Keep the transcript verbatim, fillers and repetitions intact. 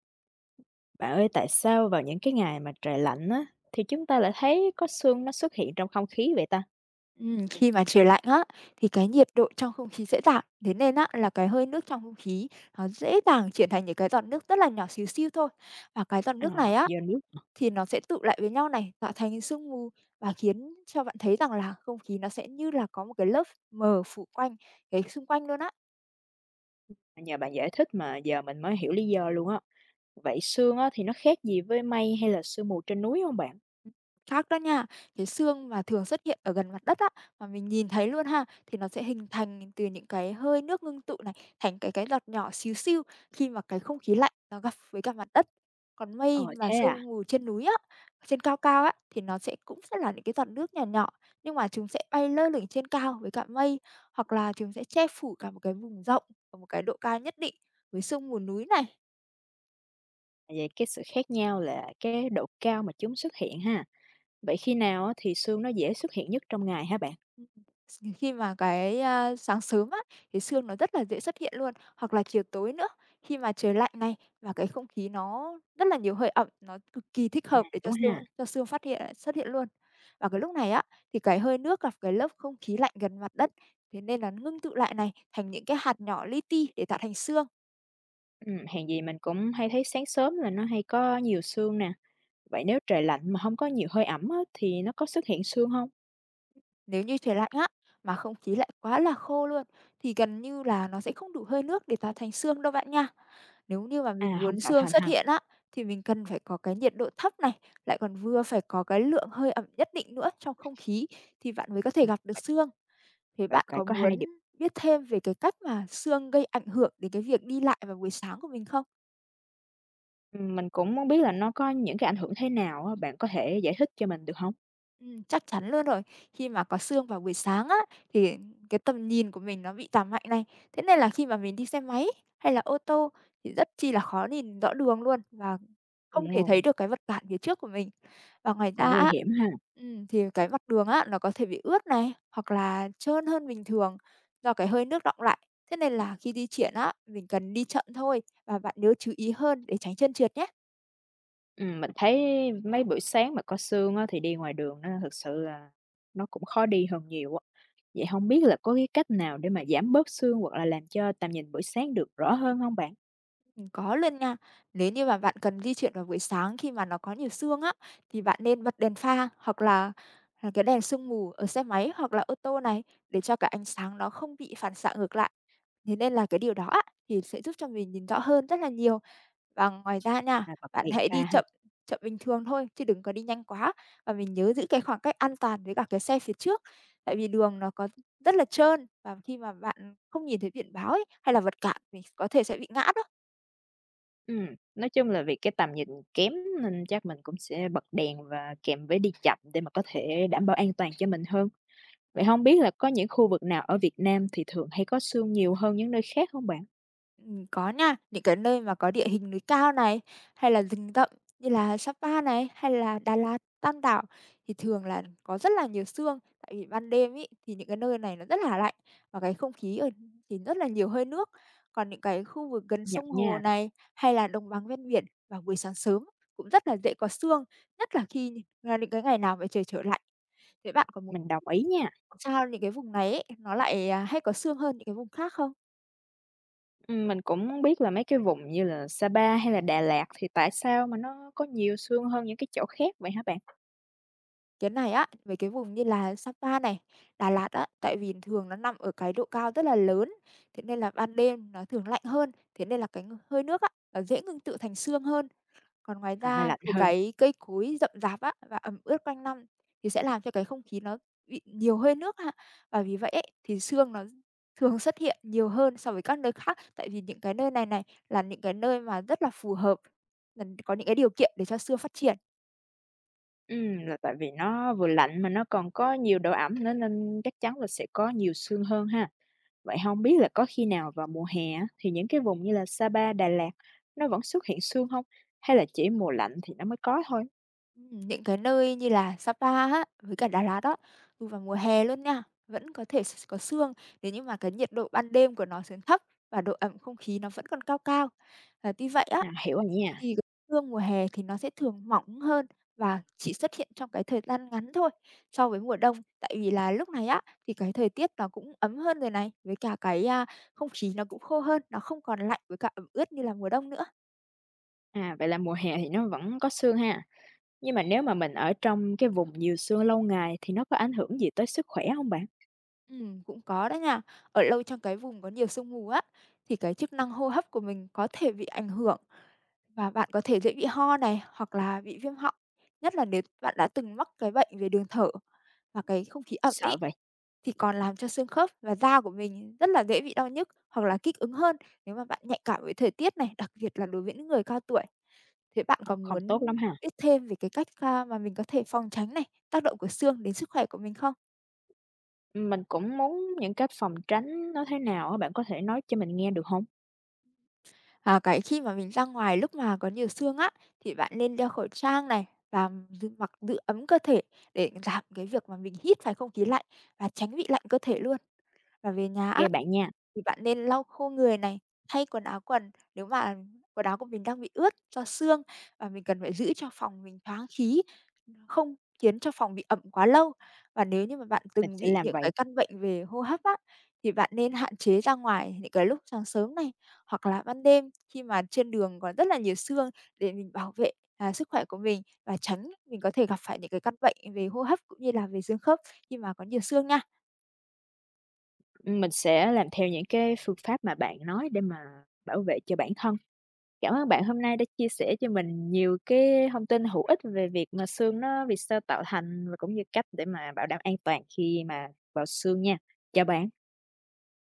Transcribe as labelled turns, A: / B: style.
A: Bạn ơi, tại sao vào những cái ngày mà trời lạnh á, thì chúng ta lại thấy có sương nó xuất hiện trong không khí vậy ta?
B: Ừm, khi mà trời lạnh á, thì cái nhiệt độ trong không khí sẽ giảm, thế nên á là cái hơi nước trong không khí nó dễ dàng chuyển thành những cái giọt nước rất là nhỏ xíu xiu thôi. Và cái giọt
A: À,
B: nước này á,
A: do nước.
B: thì nó sẽ tụ lại với nhau này, tạo thành sương mù và khiến cho bạn thấy rằng là không khí nó sẽ như là có một cái lớp mờ phủ quanh cái xung quanh luôn á.
A: Nhờ bạn giải thích mà giờ mình mới hiểu lý do luôn á. Vậy sương á, thì nó khác gì với mây hay là sương mù trên núi không bạn?
B: Ừm, Khác đó nha. Cái xương mà thường xuất hiện ở gần mặt đất á, mà mình nhìn thấy luôn ha, thì nó sẽ hình thành từ những cái hơi nước ngưng tụ này, thành cái cái giọt nhỏ xíu xiu khi mà cái không khí lạnh nó gặp với cả mặt đất. Còn mây
A: Ồ
B: và
A: thế à?
B: sương mù trên núi á, trên cao cao á, thì nó sẽ cũng sẽ là những cái giọt nước nhỏ nhỏ, nhưng mà chúng sẽ bay lơ lửng trên cao với cả mây, hoặc là chúng sẽ che phủ cả một cái vùng rộng ở một cái độ cao nhất định với sương mù núi này.
A: Vậy cái sự khác nhau là cái độ cao mà chúng xuất hiện ha. Vậy khi nào á, thì sương nó dễ xuất hiện nhất trong ngày hả bạn?
B: Ừm, s khi mà cái, a, Sáng sớm á, thì sương nó rất là dễ xuất hiện luôn, hoặc là chiều tối nữa, khi mà trời lạnh này và cái không khí nó rất là nhiều hơi ẩm, nó cực kỳ thích
A: À,
B: hợp để cho
A: đúng ha.
B: sương cho sương phát hiện xuất hiện luôn. Và cái lúc này á, thì cái hơi nước gặp cái lớp không khí lạnh gần mặt đất, thế nên là ngưng tụ lại này, thành những cái hạt nhỏ li ti để tạo thành sương.
A: Ừ, hèn gì mình cũng hay thấy sáng sớm là nó hay có nhiều sương nè. Vậy nếu trời lạnh mà không có nhiều hơi ẩm á, thì nó có xuất hiện sương không?
B: Nếu như trời lạnh á, mà không khí lại quá là khô luôn, thì gần như là nó sẽ không đủ hơi nước để tạo thành sương đâu bạn nha. Nếu như mà
A: À,
B: mình
A: không
B: muốn
A: tạo
B: sương
A: thành
B: xuất
A: ha.
B: hiện á, thì mình cần phải có cái nhiệt độ thấp này, lại còn vừa phải có cái lượng hơi ẩm nhất định nữa trong không khí thì bạn mới có thể
A: Ừm.
B: gặp được sương. Thế
A: Vậy
B: bạn
A: phải
B: có
A: có hai
B: muốn
A: điểm,
B: biết thêm về cái cách mà sương gây ảnh hưởng đến cái việc đi lại vào buổi sáng của mình không?
A: ừm, mình cũng muốn biết là nó có những cái ảnh hưởng thế nào á, bạn có thể giải thích cho mình được không?
B: Ừm, chắc chắn luôn rồi. Khi mà có sương vào buổi sáng á, thì cái tầm nhìn của mình nó bị giảm mạnh này. Thế nên là khi mà mình đi xe máy hay là ô tô thì rất chi là khó nhìn rõ đường luôn và
A: Ồ,
B: không thể thấy được cái vật cản phía trước của mình. Và ngoài
A: cũng
B: ra
A: nguy
B: á,
A: hiểm ha.
B: ừm, thì cái mặt đường á, nó có thể bị ướt này, hoặc là trơn hơn bình thường do cái hơi nước đọng lại. Thế nên là khi di chuyển á, mình cần đi chậm thôi và bạn nhớ chú ý hơn để tránh trơn trượt nhé.
A: Ừm, mình thấy mấy buổi sáng mà có sương á thì đi ngoài đường nó thực sự là nó cũng khó đi hơn nhiều á. Vậy không biết là có cái cách nào để mà giảm bớt sương hoặc là làm cho tầm nhìn buổi sáng được rõ hơn không bạn?
B: Ừm, có luôn nha. Nếu như mà bạn cần di chuyển vào buổi sáng khi mà nó có nhiều sương á, thì bạn nên bật đèn pha hoặc là là cái đèn sương mù ở xe máy hoặc là ô tô này để cho cái ánh sáng nó không bị phản xạ ngược lại. Thế nên là cái điều đó á, thì sẽ giúp cho mình nhìn rõ hơn rất là nhiều. Và ngoài ra nha,
A: À, bật
B: bạn
A: đèn
B: hãy đi
A: pha ha.
B: chậm chậm bình thường thôi chứ đừng có đi nhanh quá và mình nhớ giữ cái khoảng cách an toàn với cả cái xe phía trước. Tại vì đường nó có rất là trơn và khi mà bạn không nhìn thấy biển báo ấy, hay là vật cản mình có thể sẽ bị ngã đó.
A: Ừm, nói chung là vì cái tầm nhìn kém nên chắc mình cũng sẽ bật đèn và kèm với đi chậm để mà có thể đảm bảo an toàn cho mình hơn. Vậy không biết là có những khu vực nào ở Việt Nam thì thường hay có sương nhiều hơn những nơi khác không bạn?
B: Ừm, có nha, những cái nơi mà có địa hình núi cao này, hay là rừng rậm như là Sapa này, hay là Đà Lạt, Tam Đảo thì thường là có rất là nhiều sương. Tại vì ban đêm ấy thì những cái nơi này nó rất là lạnh và cái không khí ở thì rất là nhiều hơi nước. Còn những cái khu vực gần
A: Nhật
B: sông hồ
A: nha,
B: này, hay là đồng bằng ven biển vào buổi sáng sớm cũng rất là dễ có sương, nhất là khi là những cái ngày nào mà trời trở lạnh. Thế bạn có muốn
A: mình đồng ý nha.
B: sao những cái vùng này ấy, nó lại, à, hay có sương hơn những cái vùng khác không?
A: Ừm, mình cũng muốn biết là mấy cái vùng như là Sapa hay là Đà Lạt thì tại sao mà nó có nhiều sương hơn những cái chỗ khác vậy hả bạn?
B: Cái này á, mấy cái vùng như là Sapa này, Đà Lạt á, tại vì thường nó nằm ở cái độ cao rất là lớn, thế nên là ban đêm nó thường lạnh hơn, thế nên là cái ng hơi nước á, nó dễ ngưng tụ thành sương hơn. Còn ngoài
A: À, nó
B: ra
A: lạnh
B: thì
A: hơn.
B: cái cây cối rậm rạp á, và ẩm ướt quanh năm thì sẽ làm cho cái không khí nó bị nhiều hơi nước ha. Và vì vậy ấy, thì sương nó thường xuất hiện nhiều hơn so với các nơi khác, tại vì những cái nơi này này là những cái nơi mà rất là phù hợp, là có những cái điều kiện để cho sương phát triển.
A: Ừm, là tại vì nó vừa lạnh mà nó còn có nhiều độ ẩm nữa nên chắc chắn là sẽ có nhiều sương hơn ha. Vậy không biết là có khi nào vào mùa hè á, thì những cái vùng như là Sapa Đà Lạt nó vẫn xuất hiện sương không? Hay là chỉ mùa lạnh thì nó mới có thôi?
B: Ừm, những cái nơi như là Sapa á, với cả Đà Lạt á, dù vào mùa hè luôn nha, vẫn có thể s có sương, nếu như mà cái nhiệt độ ban đêm của nó xuống thấp và độ ẩm không khí nó vẫn còn cao cao. Và tuy vậy á,
A: À, hiểu rồi nha.
B: thì cái sương mùa hè thì nó sẽ thường mỏng hơn và chỉ xuất hiện trong cái thời gian ngắn thôi so với mùa đông. Tại vì là lúc này á, thì cái thời tiết nó cũng ấm hơn rồi này, với cả cái, a, không khí nó cũng khô hơn, nó không còn lạnh với cả ẩm ướt như là mùa đông nữa.
A: À, vậy là mùa hè thì nó vẫn có sương ha. Nhưng mà nếu mà mình ở trong cái vùng nhiều sương lâu ngày thì nó có ảnh hưởng gì tới sức khỏe không bạn?
B: Ừm, cũng có đó nha. Ở lâu trong cái vùng có nhiều sương mù á, thì cái chức năng hô hấp của mình có thể bị ảnh hưởng và bạn có thể dễ bị ho này hoặc là bị viêm họng, nhất là nếu bạn đã từng mắc cái bệnh về đường thở và cái không khí ẩm ý,
A: Sợ vậy,
B: thì còn làm cho xương khớp và da của mình rất là dễ bị đau nhức hoặc là kích ứng hơn nếu mà bạn nhạy cảm với thời tiết này, đặc biệt là đối với những người cao tuổi. Thế bạn
A: ờ,
B: có
A: không
B: muốn
A: tốt lắm ha.
B: biết thêm về cái cách à, mà mình có thể phòng tránh này, tác động của xương đến sức khỏe của mình không?
A: Mình cũng muốn những cách phòng tránh nó thế nào á, bạn có thể nói cho mình nghe được không?
B: À, cái khi mà mình ra ngoài lúc mà có nhiều sương á, thì bạn nên đeo khẩu trang này và giữ mặc giữ ấm cơ thể để giảm cái việc mà mình hít phải không khí lạnh và tránh bị lạnh cơ thể luôn. Và về nhà á,
A: Kê bạn nha,
B: thì bạn nên lau khô người này, thay quần áo quần nếu mà quần áo của mình đang bị ướt do sương và mình cần phải giữ cho phòng mình thoáng khí, không khiến cho phòng bị ẩm quá lâu. Và nếu như mà bạn
A: mình
B: từng
A: sẽ
B: bị
A: làm
B: những
A: vậy.
B: cái căn bệnh về hô hấp á, thì bạn nên hạn chế ra ngoài những cái lúc sáng sớm này, hoặc là ban đêm khi mà trên đường có rất là nhiều sương để mình bảo vệ, à, sức khỏe của mình và tránh mình có thể gặp phải những cái căn bệnh về hô hấp cũng như là về xương khớp khi mà có nhiều sương nha.
A: Mình sẽ làm theo những cái phương pháp mà bạn nói để mà bảo vệ cho bản thân. Cảm ơn bạn hôm nay đã chia sẻ cho mình nhiều cái thông tin hữu ích về việc mà sương nó vì sao tạo thành và cũng như cách để mà bảo đảm an toàn khi mà vào sương nha. Chào bạn.